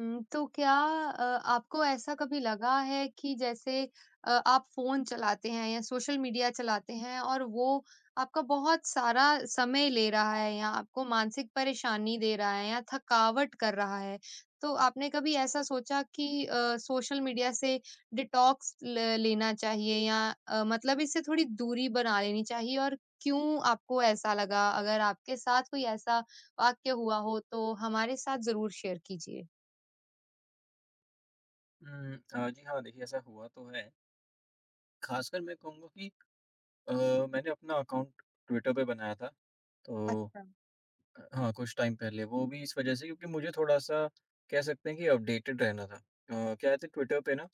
तो क्या आपको ऐसा कभी लगा है कि जैसे आप फ़ोन चलाते हैं या सोशल मीडिया चलाते हैं और वो आपका बहुत सारा समय ले रहा है या आपको मानसिक परेशानी दे रहा है या थकावट कर रहा है? तो आपने कभी ऐसा सोचा कि सोशल मीडिया से डिटॉक्स ल लेना चाहिए या मतलब इससे थोड़ी दूरी बना लेनी चाहिए और क्यों आपको ऐसा लगा? अगर आपके साथ कोई ऐसा वाक़या हुआ हो, तो हमारे साथ ज़रूर शेयर कीजिए। हुँ, जी हाँ, देखिए, ऐसा हुआ तो है। ख़ासकर मैं कहूँगा कि अ, मैंने अपना अकाउंट ट्विटर पे बनाया था, तो अच्छा। हाँ, कुछ टाइम पहले। वो भी इस वजह से क्योंकि मुझे थोड़ा-सा कह सकते हैं कि अपडेटेड रहना था। क्या है, ट्विटर पे ना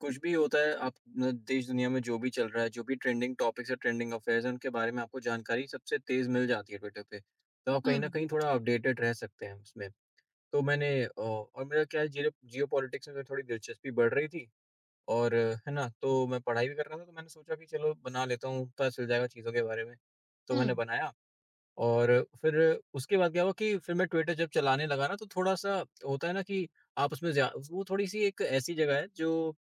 कुछ भी होता है, आप न देश-दुनिया में जो भी चल रहा है, जो भी ट्रेंडिंग टॉपिक्स या ट्रेंडिंग अफ़ेयर्स हैं, उनके बारे में आपको जानकारी सबसे तेज़ मिल जाती है ट्विटर पे। तो आप हुँ। कहीं न कहीं थोड़ा अपडेटेड रह सकते हैं उसमें। तो मैंने और मेरा क्या है, जियो जियो पॉलिटिक्स में थोड़ी दिलचस्पी बढ़ रही थी। और है ना, तो मैं पढ़ाई भी कर रहा था, तो मैंने सोचा कि चलो बना लेता हूँ, पता चल जाएगा चीज़ों के बारे में। तो हुँ। मैंने बनाया। और फिर उसके बाद क्या हुआ कि फिर मैं ट्विटर जब चलाने लगा ना, तो थोड़ा-सा होता है ना कि आप उसमें जा वो थोड़ी-सी, एक ऐसी जगह है जो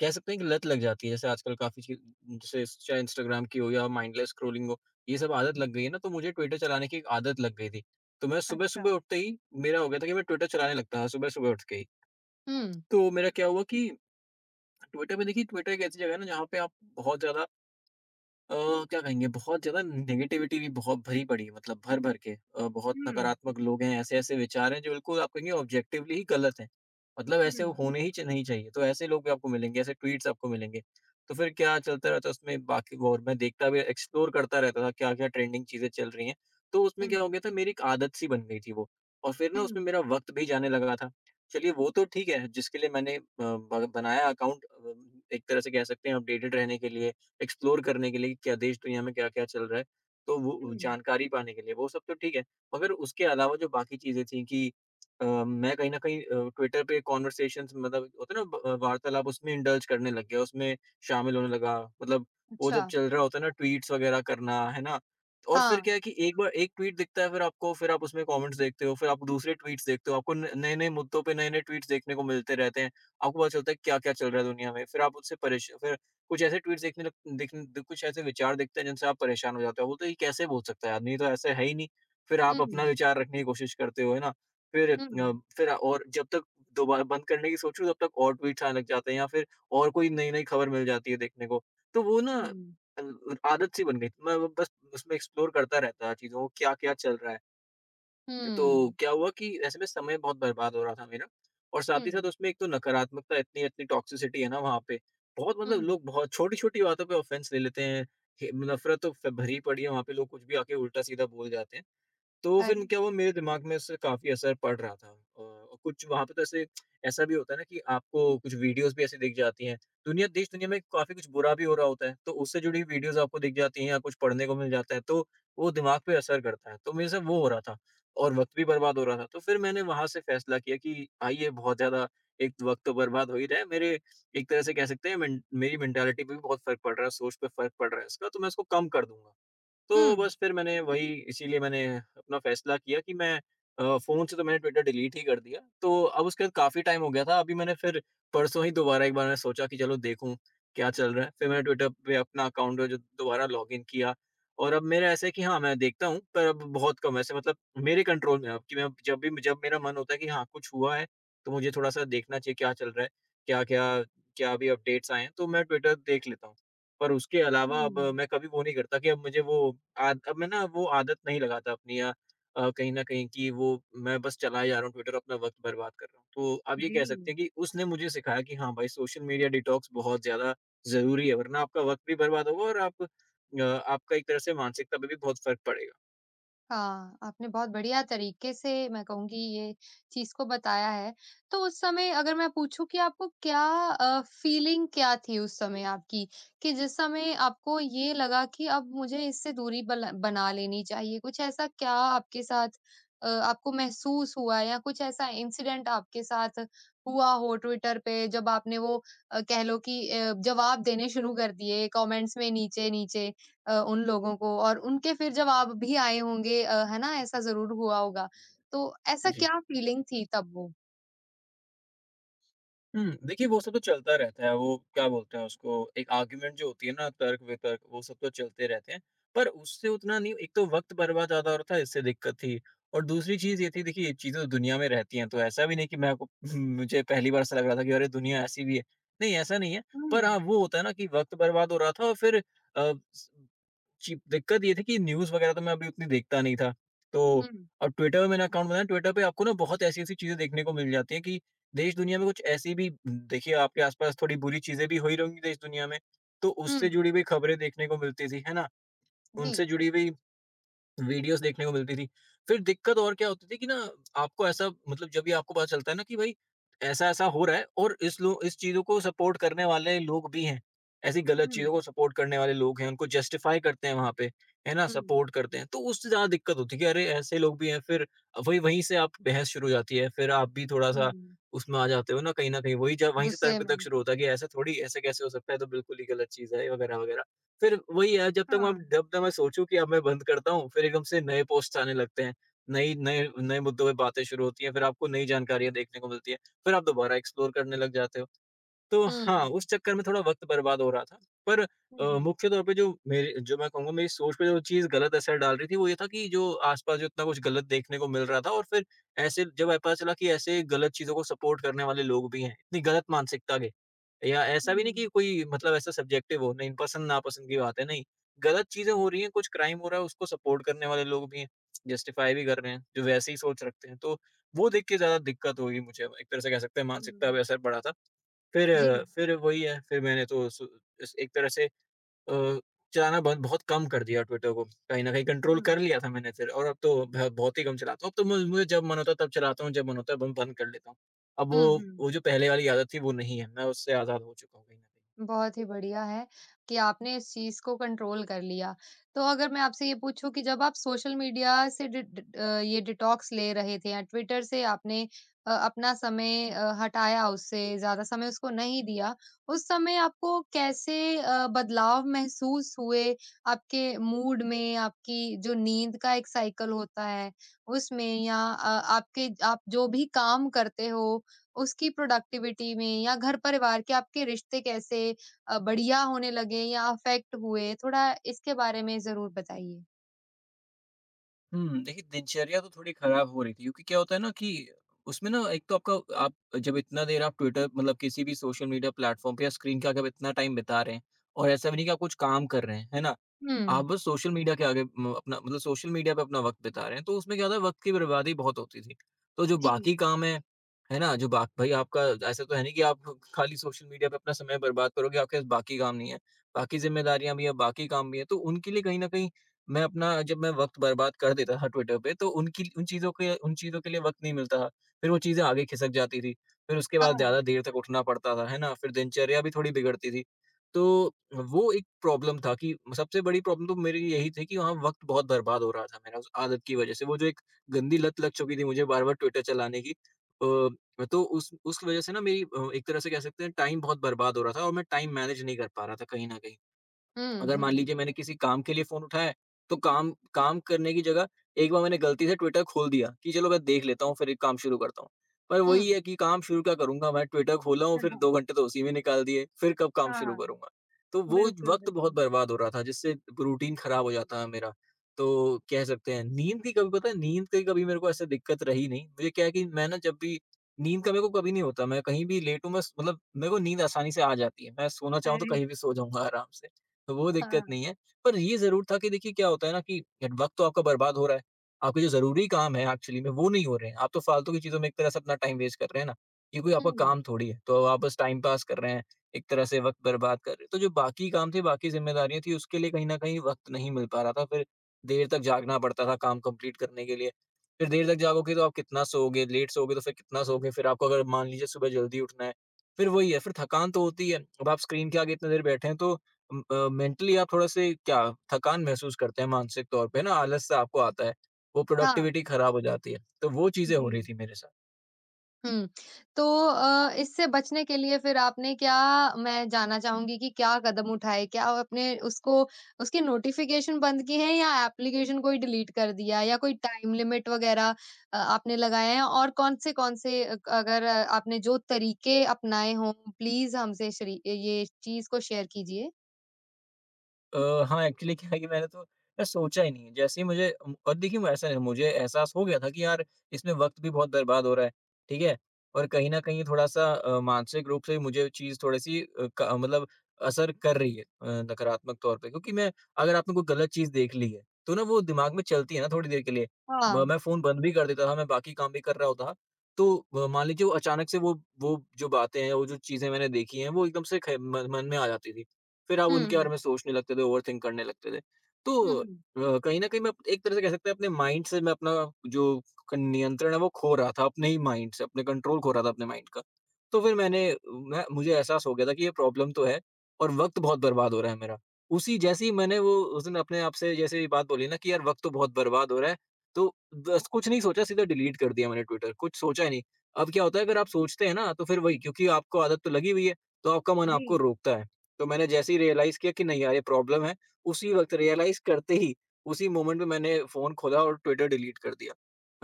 कह सकते हैं कि लत लग जाती है। जैसे आजकल काफ़ी चीज़, जैसे चाहे इंस्टाग्राम की हो या माइंडलेस स्क्रॉलिंग हो, ये सब आदत लग गई है ना, तो मुझे ट्विटर चलाने की एक आदत लग गई थी। तो मैं अच्छा। सुबह-सुबह उठते ही, मेरा हो गया था कि मैं ट्विटर चलाने लगता था सुबह-सुबह उठ के ही। हुँ। तो मेरा क्या हुआ कि ट्विटर पे, देखिए ट्विटर एक ऐसी जगह है ना जहाँ पे आप बहुत ज़्यादा, अ, क्या कहेंगे, बहुत ज़्यादा नेगेटिविटी भी बहुत भरी पड़ी है, मतलब भर-भर के। बहुत हुँ। नकारात्मक लोग हैं, ऐसे-ऐसे विचार हैं जो बिल्कुल आप कहेंगे ऑब्जेक्टिवली ही गलत हैं। मतलब ऐसे वो हुँ। होने ही च नहीं चाहिए। तो ऐसे लोग भी आपको मिलेंगे, ऐसे ट्वीट्स आपको मिलेंगे। तो फिर क्या चलता रहता है उसमें बाकी को, और मैं देखता भी, एक्सप्लोर करता रहता था क्या-क्या ट्रेंडिंग चीज़ें चल रही हैं। तो हुँ। उसमें क्या हो गया था, मेरी एक आदत सी बन गई थी वो। और फिर ना हुँ। उसमें मेरा वक़्त भी जाने लगा था। चलिए, वो तो ठीक है, जिसके लिए मैंने अ, ब बनाया अकाउंट, एक तरह से कह सकते हैं अपडेटेड रहने के लिए, एक्सप्लोर करने के लिए कि क्या देश दुनिया में क्या-क्या चल रहा है, तो वो हुँ। जानकारी पाने के लिए, वो सब तो ठीक है। मगर उसके अलावा जो बाकी चीज़ें थी कि मैं कहीं न कहीं ट्विटर पे कन्वर्सेशंस, मतलब होता है ना ब वार्तालाप, उसमें इंडल्ज करने लग गया, उसमें शामिल होने लगा। मतलब वो अच्छा। जब चल रहा होता है ना ट्वीट्स वगैरह करना, है ना? और फिर हाँ। क्या है कि एक बार एक ट्वीट दिखता है फिर आपको, फिर आप उसमें कमेंट्स देखते हो, फिर आप दूसरे ट्वीट्स देखते हो, आपको न नए-नए मुद्दों पे नए-नए ट्वीट्स देखने को मिलते रहते हैं। आपको पता चलता है क्या-क्या चल रहा है दुनिया में, फिर आप उससे परेश फिर कुछ ऐसे ट्वीट्स देखने लग देखने द कुछ ऐसे विचार देखते हैं जिनसे आप परेशान हो जाते हो, बोलते हो ये कैसे बोल सकता है आदमी, ये तो ऐसा है ही नहीं। फिर आप अपना हुँ। विचार रखने की कोशिश करते हो, है ना? फिर हुँ। फिर, और जब तक दोबारा बंद करने की सोचो, तब तक और ट्वीट्स आने लग जाते हैं, या फिर और कोई नई-नई खबर मिल जाती है देखने को। तो वो ना हुँ। अ, आदत सी बन गई। मैं वो बस उसमें एक्सप्लोर करता रहता चीज़ों को क्या-क्या चल रहा है। तो हुँ। क्या हुआ कि ऐसे में समय बहुत बर्बाद हो रहा था मेरा, और साथ हुँ। ही साथ उसमें एक तो नकारात्मकता, इतनी इतनी टॉक्सिसिटी है ना वहाँ पे, बहुत, मतलब हुँ। लोग बहुत छोटी-छोटी बातों पे ऑफेंस ले लेते हैं, नफरत तो भरी पड़ी है वहाँ पे, लोग कुछ भी आके उल्टा सीधा बोल जाते हैं। तो फिर अरे! क्या हुआ, मेरे दिमाग में इससे काफ़ी असर पड़ रहा था। कुछ वहाँ पे तो ऐसे, ऐसा भी होता है ना कि आपको कुछ वीडियोज़ भी ऐसी दिख जाती हैं। दुनिया, देश दुनिया में काफ़ी कुछ बुरा भी हो रहा होता है, तो उससे जुड़ी वीडियोज़ आपको दिख जाती हैं, या कुछ पढ़ने को मिल जाता है, तो वो दिमाग पे असर करता है। तो मेरे साथ वो हो रहा था और वक़्त भी बर्बाद हो रहा था। तो फिर मैंने वहाँ से फ़ैसला किया कि आइए, बहुत ज़्यादा, एक वक़्त तो बर्बाद हो ही रहा है, मेरे एक तरह से कह सकते हैं मेन मेरी मेंटालिटी पे भी बहुत फ़र्क पड़ रहा है, सोच पे फ़र्क पड़ रहा है इसका, तो मैं इसको कम कर दूँगा। हुँ। तो बस फिर मैंने वही, इसीलिए मैंने अपना फ़ैसला किया कि मैं फ़ोन से तो मैंने ट्विटर डिलीट ही कर दिया। तो अब उसके बाद काफ़ी टाइम हो गया था। अभी मैंने फिर परसों ही दोबारा एक बार मैंने सोचा कि चलो देखूँ क्या चल रहा है। फिर मैंने ट्विटर पे अपना अकाउंट जो दोबारा लॉगिन किया, और अब मेरा ऐसा है कि हाँ, मैं देखता हूँ, पर अब बहुत कम, ऐसे, मतलब मेरे कंट्रोल में है अब कि मैं जब मेरा मन होता है कि हाँ, कुछ हुआ है, तो मुझे थोड़ा-सा देखना चाहिए क्या चल रहा है, क्या-क्या क्या क्या अभी अपडेट्स आए हैं, तो मैं ट्विटर देख लेता हूँ। पर उसके अलावा अब हुँ। मैं कभी वो नहीं करता कि अब मुझे वो, आद अब मैं ना वो आदत नहीं लगाता अपनी, या कहीं न कहीं कि वो, मैं बस चलाए जा रहा हूँ ट्विटर, अपना वक़्त बर्बाद कर रहा हूँ। तो आप ये जी। कह सकते हैं कि उसने मुझे सिखाया कि हाँ भाई, सोशल मीडिया डिटॉक्स बहुत ज़्यादा ज़रूरी है, वरना आपका वक़्त भी बर्बाद होगा और आप आपका एक तरह से मानसिकता पे भी बहुत फ़र्क पड़ेगा। हाँ, आपने बहुत बढ़िया तरीके से मैं कहूँगी ये चीज़ को बताया है। तो उस समय अगर मैं पूछूँ कि आपको क्या फ़ीलिंग क्या थी उस समय आपकी? कि जिस समय आपको ये लगा कि अब मुझे इससे दूरी बल बना लेनी चाहिए, कुछ ऐसा क्या आपके साथ आपको महसूस हुआ या कुछ ऐसा इंसिडेंट आपके साथ हुआ हो ट्विटर पे जब आपने वो कह लो कि जवाब देने शुरू कर दिए कमेंट्स में नीचे-नीचे उन लोगों को और उनके फिर जब आप भी आए होंगे है ना? ऐसा ज़रूर हुआ होगा। तो ऐसा जी। क्या फीलिंग थी तब वो? हुँ, देखिए वो सब तो चलता रहता है, वो क्या बोलते हैं उसको, एक आर्ग्यूमेंट जो होती है ना, तर्क-वितर्क, वो सब तो चलते रहते हैं। पर उससे उतना नहीं, एक तो वक़्त बर्बाद ज़्यादा हो रहा था, इससे दिक्कत थी, और दूसरी चीज़ ये थी, देखिए ये चीज़ें तो दुनिया में रहती हैं, तो ऐसा भी नहीं कि मैं आपको मुझे पहली बार ऐसा लग रहा था कि अरे, दुनिया ऐसी भी है। नहीं, ऐसा नहीं है। हुँ। पर हाँ, वो होता है ना कि वक़्त बर्बाद हो रहा था, और फिर अ, स ची दिक्कत ये थी कि न्यूज़ वगैरह तो मैं अभी उतनी देखता नहीं था। तो हुँ। अब ट्विटर में मैंने अकाउंट बनाया, ट्विटर पे आपको ना बहुत ऐसी-ऐसी चीज़ें देखने को मिल जाती हैं कि देश-दुनिया में कुछ ऐसी भी, देखिए आपके आस-पास थोड़ी बुरी चीज़ें भी हो ही रही होंगी देश-दुनिया में, तो उससे हुँ। जुड़ी हुई खबरें देखने को मिलती थी, है ना? जी। उनसे जुड़ी हुई वीडियोस देखने को मिलती थी। फिर दिक्कत और क्या होती थी कि ना, आपको ऐसा, मतलब जब भी आपको पता चलता है ना कि भाई ऐसा-ऐसा हो रहा है और इस चीज़ों को सपोर्ट करने वाले लोग भी हैं। ऐसी गलत हुँ। चीज़ों को सपोर्ट करने वाले लोग हैं, उनको जस्टिफाई करते हैं वहाँ पे, है ना? हुँ। सपोर्ट करते हैं। तो उससे ज़्यादा दिक्कत होती है कि अरे! ऐसे लोग भी हैं, फिर वहीं से आप बहस शुरू हो जाती है। फिर आप भी थोड़ा-सा हुँ। उसमें आ जाते हो ना, कहीं न कहीं वहीं से गुस्से में। तर्क-वितर्क शुरू होता है कि ऐसा थोड़ी, ऐसे कैसे हो सकता है? ये तो बिल्कुल ही गलत चीज़ है वगैरह-वगैरह। फिर वही है, जब तक मैं हाँ। जब तक मैं सोचूँ कि अब मैं बंद करता हूँ, फिर एकदम से नए पोस्ट्स आने लगते हैं। नई नए नए मुद्दों पे बातें शुरू होती हैं, फिर आपको नई जानकारियाँ देखने को मिलती हैं। फिर आप दोबारा एक्सप्लोर करने लग जाते हो। तो हुँ। हाँ, हुँ। उस चक्कर में थोड़ा वक़्त बर्बाद हो रहा था। पर हुँ। मुख्य तौर पे जो मेरी, जो मैं कहूँगा मेरी सोच पे जो चीज़ गलत असर डाल रही थी, वो ये था कि जो आस-पास जो इतना कुछ गलत देखने को मिल रहा था, और फिर ऐसे जब हमें पता चला कि ऐसे गलत चीज़ों को सपोर्ट करने वाले लोग भी हैं, इतनी गलत मानसिकता के। या ऐसा भी नहीं हुँ। कि कोई, मतलब ऐसा सब्जेक्टिव हो, नहीं, पसंद-नापसंद की बात है, नहीं। गलत चीज़ें हो रही हैं, कुछ क्राइम हो रहा है, उसको सपोर्ट करने वाले लोग भी हैं, जस्टिफाई भी कर रहे हैं, जो वैसे ही सोच रखते हैं। तो वो देख के ज़्यादा दिक्कत हुई मुझे, एक तरह से कह सकते हैं मानसिकता पे हुँ। असर पड़ा था। फिर जी। फिर वही है, फिर मैंने तो सु इस एक तरह से अ, चलाना बंद, बहुत कम कर दिया ट्विटर को, कहीं न कहीं कंट्रोल कर हुँ। लिया था मैंने फिर, और अब तो ब बहुत ही कम चलाता हूँ। अब तो मु मुझे जब मन होता है तब चलाता हूँ, जब मन होता है बं बंद कर लेता हूँ। अब वो हुँ। हुँ। वो जो पहले वाली आदत थी वो नहीं है, मैं उससे आज़ाद हो चुका हूँ कहीं न कहीं। बहुत ही बढ़िया है कि आपने इस चीज़ को कंट्रोल कर लिया। तो अगर मैं आपसे ये पूछूँ कि जब आप सोशल मीडिया से डि डि अ, ये डिटॉक्स ले रहे थे या ट्विटर से आपने अपना समय हटाया उससे, ज़्यादा समय उसको नहीं दिया, उस समय आपको कैसे बदलाव महसूस हुए आपके मूड में, आपकी जो नींद का एक साइकिल होता है उसमें या आपके आप जो भी काम करते हो उसकी प्रोडक्टिविटी में या घर-परिवार के आपके रिश्ते कैसे बढ़िया होने लगे या अफ़ेक्ट हुए? थोड़ा इसके बारे में ज़रूर बताइए। हुँ, देखिए दिनचर्या तो थोड़ी खराब हो रही थी, क्योंकि क्या होता है ना कि उसमें ना एक तो आपका आप जब इतना देर आप ट्विटर, मतलब किसी भी सोशल मीडिया प्लेटफ़ॉर्म पे या स्क्रीन के आगे आप इतना टाइम बिता रहे हैं और ऐसा भी नहीं कि आप कुछ काम कर रहे हैं, है ना? हुँ। आप बस सोशल मीडिया के आगे म अपना, मतलब सोशल मीडिया पे अपना वक़्त बिता रहे हैं, तो उसमें क्या होता है, वक़्त की बर्बादी बहुत होती थी। तो जो जी। बाकी काम है ना? जो बाक भई आपका ऐसा तो है नहीं कि आप खाली सोशल मीडिया पे अपना समय बर्बाद करोगे, आपके पास बाकी काम नहीं है। बाकी ज़िम्मेदारियाँ भी हैं, बाकी काम भी हैं, तो उनके लिए कहीं न कहीं मैं अपना जब मैं वक़्त बर्बाद कर देता था ट्विटर पे, तो उनकी उन चीज़ों के लिए वक़्त नहीं मिलता था। फिर वो चीज़ें आगे खिसक जाती थी। फिर उसके बाद हाँ। ज़्यादा देर तक उठना पड़ता था, है ना? फिर दिनचर्या भी थोड़ी बिगड़ती थी। तो वो एक प्रॉब्लम था कि सबसे बड़ी प्रॉब्लम तो मेरी यही थी कि वहाँ वक़्त बहुत बर्बाद हो रहा था मेरा उस आदत की वज़ह से। वो जो एक गंदी लत लग चुकी थी मुझे बार-बार ट्विटर चलाने की तो उस वज़ह से ना मेरी एक तरह से कह सकते हैं टाइम बहुत बर्बाद हो रहा था और मैं टाइम मैनेज नहीं कर पा रहा था कहीं न कहीं। हुँ। अगर हुँ। मान लीजिए मैंने किसी काम के लिए फ़ोन उठाया है, तो काम काम करने की जगह एक बार मैंने गलती से ट्विटर खोल दिया कि चलो मैं देख लेता हूँ, फिर एक काम शुरू करता हूँ। पर हुँ। वही है कि काम शुरू क्या करूँगा मैं? ट्विटर खोला हूँ, फिर 2 घंटे तो उसी में निकाल दिए, फिर कब काम शुरू हाँ, करूँगा? तो वो बिल्कुल, वक़्त बहुत बिल्कुल। बर्बाद हो रहा था, जिससे रूटीन ख़राब हो जाता है मेरा। तो कह सकते हैं, नींद की कभी, पता है, नींद की कभी मेरे को ऐसे दिक्कत रही नहीं। मुझे क्या है कि मैं ना, जब भी नींद का मेरे को कभी नहीं होता, मैं कहीं भी लेटूँ, बस मतलब मेरे को नींद आसानी से आ जाती है। मैं सोना चाहूँ तो अरे! कहीं भी सो जाऊँगा आराम से। तो वो हाँ। दिक्कत नहीं है। पर ये ज़रूर था कि देखिए क्या होता है ना कि वक़्त तो आपका बर्बाद हो रहा है। आपके जो ज़रूरी काम है, एक्चुअली में वो नहीं हो रहे हैं। आप तो फालतू की चीज़ों में एक तरह से अपना टाइम वेस्ट कर रहे हैं ना। ये कोई आपका हुँ। काम थोड़ी है। तो आप बस टाइम पास कर रहे हैं, एक तरह से वक़्त बर्बाद कर रहे हैं। तो जो बाकी काम थे, बाकी ज़िम्मेदारियाँ थी, उसके लिए कहीं न कहीं वक़्त नहीं मिल पा रहा था। फिर देर तक जागना पड़ता था काम कंप्लीट करने के लिए। फिर देर तक जागोगे तो आप कितना सोओगे, लेट सोओगे तो फिर कितना सोओगे। फिर आपको अगर मान लीजिए सुबह जल्दी उठना है, फिर वही है, फिर थकान तो होती है। अब आप स्क्रीन के आगे इतनी देर बैठे हैं तो मेंटली आप थोड़ा-से क्या थकान महसूस करते हैं, मानसिक तौर पे ना आलस-सा आपको आता है, वो हाँ, प्रोडक्टिविटी खराब हो जाती है। तो वो चीज़ें हो जी। रही थी मेरे साथ। हुँ। तो इससे बचने के लिए फिर आपने क्या मैं जानना चाहूँगी कि क्या कदम उठाए? क्या आपने उसको उसकी नोटिफ़िकेशन बंद की है या एप्लीकेशन कोई डिलीट कर दिया या कोई टाइम लिमिट वग़ैरह आपने लगाए हैं? और कौन-से-कौन से कौन से अगर आपने जो तरीके अपनाए हों, प्लीज़ हमसे शरी ये चीज़ को शेयर कीजिए। अ, हाँ, एक्चुअली क्या है कि मैंने तो यार सोचा ही नहीं। जैसे ही मुझे और देखिए, मैं ऐसा मुझे एहसास हो गया था कि यार इसमें वक़्त भी बहुत बर्बाद हो रहा है, ठीक है? और कहीं न कहीं थोड़ा-सा मानसिक रूप से भी मुझे चीज़ थोड़ी-सी मतलब असर कर रही है नकारात्मक तौर पे। क्योंकि मैं अगर आपने कोई गलत चीज़ देख ली है, तो ना वो दिमाग में चलती है ना थोड़ी देर के लिए। म हाँ। मैं फ़ोन बंद भी कर देता था, मैं बाकी काम भी कर रहा होता था। तो मान लीजिए वो अचानक से वो जो बातें हैं, वो जो चीज़ें मैंने देखी हैं, वो एकदम से ख म मन में आ जाती थी। फिर आप हाँ। हुँ। उनके हुँ। बारे में सोचने लगते थे, ओवरथिंक करने लगते थे। हुँ। तो हुँ। कहीं न कहीं मैं एक तरह से कह सकते हैं अपने माइंड से मैं अपना जो क नियंत्रण है वो खो रहा था अपने ही माइंड से, अपने कंट्रोल खो रहा था अपने माइंड का। तो फिर मैंने मैं मुझे एहसास हो गया था कि ये प्रॉब्लम तो है और वक़्त बहुत बर्बाद हो रहा है मेरा। उसी जैसे ही मैंने वो उस दिन अपने आप से जैसे ये बात बोली ना कि यार वक़्त तो बहुत बर्बाद हो रहा है, तो बस कुछ नहीं सोचा, सीधा डिलीट कर दिया मैंने ट्विटर, कुछ सोचा ही नहीं। अब क्या होता है, अगर आप सोचते हैं ना तो फिर वही, क्योंकि आपको आदत तो लगी हुई है, तो आपका मन आपको जी। रोकता है। तो मैंने जैसे ही रियलाइज़ किया कि नहीं यार, ये प्रॉब्लम है, उसी वक़्त रियलाइज़ करते ही, उसी मोमेंट में मैंने फ़ोन खोला और ट्विटर डिलीट कर दिया।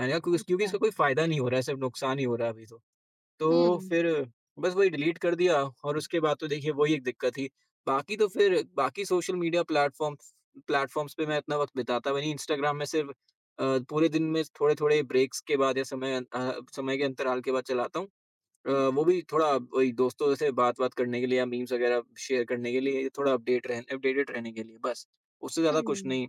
मैंने कहा, क्योंकि क्योंकि अच्छा। इसका कोई फ़ायदा नहीं हो रहा है, सिर्फ़ नुकसान ही हो रहा है अभी तो। तो हुँ। फिर बस वही डिलीट कर दिया और उसके बाद तो देखिए, वही एक दिक्कत थी। बाकी तो फिर बाकी सोशल मीडिया प्लेटफ़ॉर्म्स प्लेटफ़ॉर्म्स पे मैं इतना वक़्त बिताता भी नहीं, इंस्टाग्राम में सिर्फ़ अ, पूरे दिन में थोड़े-थोड़े ब्रेक्स के बाद या समय के अंतराल के बाद चलाता हूँ। वो भी थोड़ा वही दोस्तों से बात-वात करने के लिए या मीम्स वगैरह शेयर करने के लिए, थोड़ा अपडेटेड रहने के लिए बस, उससे ज़्यादा कुछ हुँ। नहीं।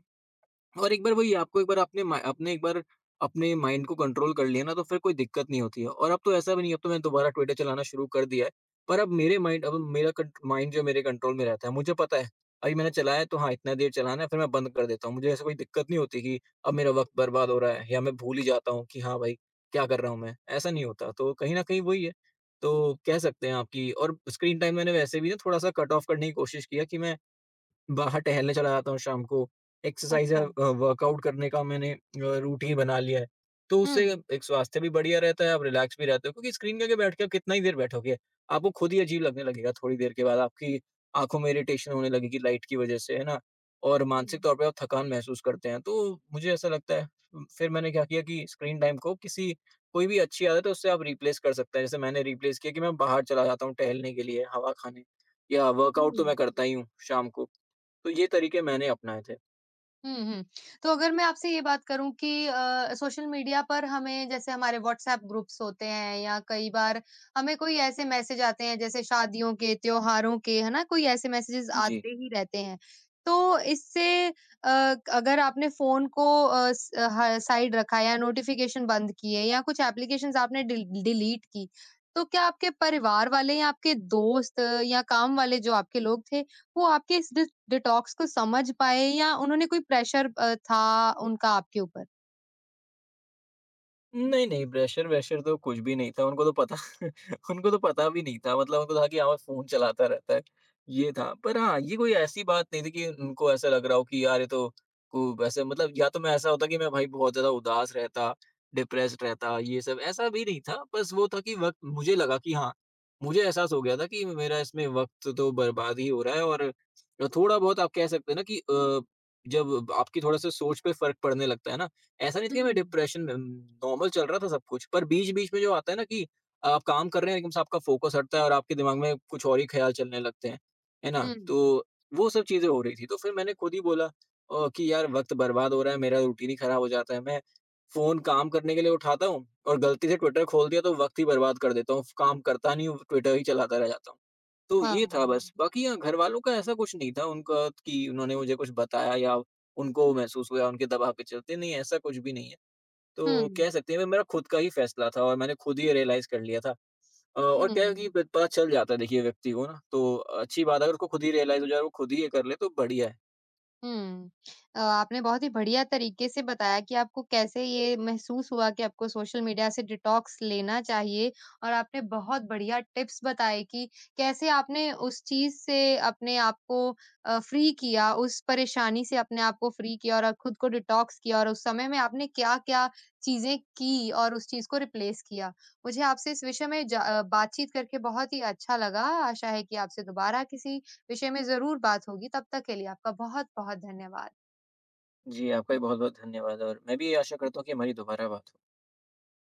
और एक बार वही, आपको एक बार आपने मा आपने एक बार अपने माइंड को कंट्रोल कर लिया ना तो फिर कोई दिक्कत नहीं होती है और अब तो ऐसा भी नहीं है, अब तो मैंने दोबारा ट्विटर चलाना शुरू कर दिया है। पर अब मेरे माइंड अब मेरा कंट माइंड जो मेरे कंट्रोल में रहता है, मुझे पता है, अभी मैंने चलाया है तो हाँ, इतना देर चलाना है फिर मैं बंद कर देता हूँ। मुझे ऐसा कोई दिक्कत नहीं होती कि अब मेरा वक़्त बर्बाद हो रहा है या मैं भूल ही जाता हूँ कि हाँ भाई, क्या कर रहा हूँ मैं? ऐसा नहीं होता, तो कहीं न कहीं वही है। तो कह सकते हैं आप कि और स्क्रीन टाइम मैंने वैसे भी ना थोड़ा-सा कट ऑफ करने की कोशिश किया कि मैं बाहर टहलने चला जाता हूँ शाम को। एक्सरसाइज़ या अच्छा। वर्कआउट करने का मैंने रूटीन बना लिया है। तो हुँ। उससे एक स्वास्थ्य भी बढ़िया रहता है, आप रिलैक्स भी रहते हो, क्योंकि स्क्रीन के आगे बैठ के आप कितना ही देर बैठोगे। आपको खुद ही अजीब लगने लगेगा थोड़ी देर के बाद, आपकी आँखों में इरिटेशन होने लगेगी लाइट की वज़ह से, है ना? और मानसिक हुँ। तौर पे आप थकान महसूस करते हैं, तो मुझे ऐसा लगता है, फिर मैंने क्या किया कि स्क्रीन टाइम को किसी कोई भी अच्छी आदत है उससे आप रिप्लेस कर सकते हैं। जैसे मैंने रिप्लेस किया कि मैं बाहर चला जाता हूँ टहलने के लिए, हवा खाने या वर्कआउट हुँ। तो मैं करता ही हूँ शाम को। तो ये तरीके मैंने अपनाए थे। हुँ। हुँ। तो अगर मैं आपसे ये बात करूँ कि सोशल मीडिया पर हमें जैसे हमारे व्हाट्सऐप ग्रुप्स होते हैं या कई बार हमें कोई ऐसे मैसेज आते हैं जैसे शादियों के, त्योहारों के, है ना? कोई ऐसे मैसेजेस जी। आते ही रहते हैं। तो इससे अ, अगर आपने फ़ोन को अ, स ह साइड रखा या नोटिफ़िकेशन बंद किए या कुछ एप्लीकेशंस आपने डिलीट की, तो क्या आपके परिवार वाले या आपके दोस्त या काम वाले जो आपके लोग थे, वो आपके इस डिस डिटॉक्स को समझ पाए या उन्होंने कोई प्रेशर था उनका आपके ऊपर? नहीं, नहीं, प्रेशर-वेशर तो कुछ भी नहीं था, उनको तो पता उनको तो पता भी नहीं था, मतलब उनको था कि हाँ, फ़ोन चलाता रहता है, ये था। पर हाँ, ये कोई ऐसी बात नहीं थी कि उनको ऐसा लग रहा हो कि यार ये तो को वैसे, मतलब या तो मैं ऐसा होता कि मैं भाई बहुत ज़्यादा उदास रहता, डिप्रेस्ड रहता, ये सब ऐसा भी नहीं था। बस वो था कि वक़्त मुझे लगा कि हाँ, मुझे एहसास हो गया था कि मेरा इसमें वक़्त तो बर्बाद ही हो रहा है और थोड़ा-बहुत आप कह सकते हैं ना कि जब आपकी थोड़ा-सा सोच पे फ़र्क पड़ने लगता है ना, ऐसा नहीं था कि मैं हुँ। डिप्रेशन में, नॉर्मल चल रहा था सब कुछ, पर बीच-बीच में जो आता है ना कि आप काम कर रहे हैं, एकदम से आपका फ़ोकस हटता है और आपके दिमाग में कुछ और ही ख़्याल चलने लगते हैं, है ना? हुँ। तो वो सब चीज़ें हो रही थी, तो फिर मैंने खुद ही बोला कि यार वक़्त बर्बाद हो रहा है, मेरा रूटीन ही ख़राब हो जाता है, मैं फ़ोन काम करने के लिए उठाता हूँ और गलती से ट्विटर खोल दिया तो वक़्त ही बर्बाद कर देता हूँ, काम करता नहीं हूँ, ट्विटर ही चलाता रह जाता हूँ। तो हाँ। ये था हाँ। बस, बाकी हाँ, घरवालों का ऐसा कुछ नहीं था, उनका कि उन्होंने मुझे कुछ बताया या उनको महसूस हुआ उनके दबाव के चलते, नहीं, ऐसा कुछ भी नहीं है। तो हुँ। कह सकते हैं, मैं मेरा खुद का ही फैसला था और मैंने खुद ही रियलाइज़ कर लिया था। और हुँ। क्या है कि प पता चल जाता है देखिए व्यक्ति को ना, तो अच्छी बात है अगर उसको खुद ही रियलाइज़ हो जाए और वो खुद ही ये कर ले तो बढ़िया है। हुँ। आपने बहुत ही बढ़िया तरीके से बताया कि आपको कैसे ये महसूस हुआ कि आपको सोशल मीडिया से डिटॉक्स लेना चाहिए और आपने बहुत बढ़िया टिप्स बताए कि कैसे आपने उस चीज़ से अपने आप को फ्री किया, उस परेशानी से अपने आप को फ्री किया और खुद को डिटॉक्स किया और उस समय में आपने क्या-क्या चीज़ें की और उस चीज़ को रिप्लेस किया। मुझे आपसे इस विषय में बातचीत करके बहुत ही अच्छा लगा। आशा है कि आपसे दोबारा किसी विषय में ज़रूर बात होगी। तब तक के लिए आपका बहुत-बहुत धन्यवाद। जी, आपका भी बहुत-बहुत धन्यवाद और मैं भी ये आशा करता हूँ कि हमारी दोबारा बात हो।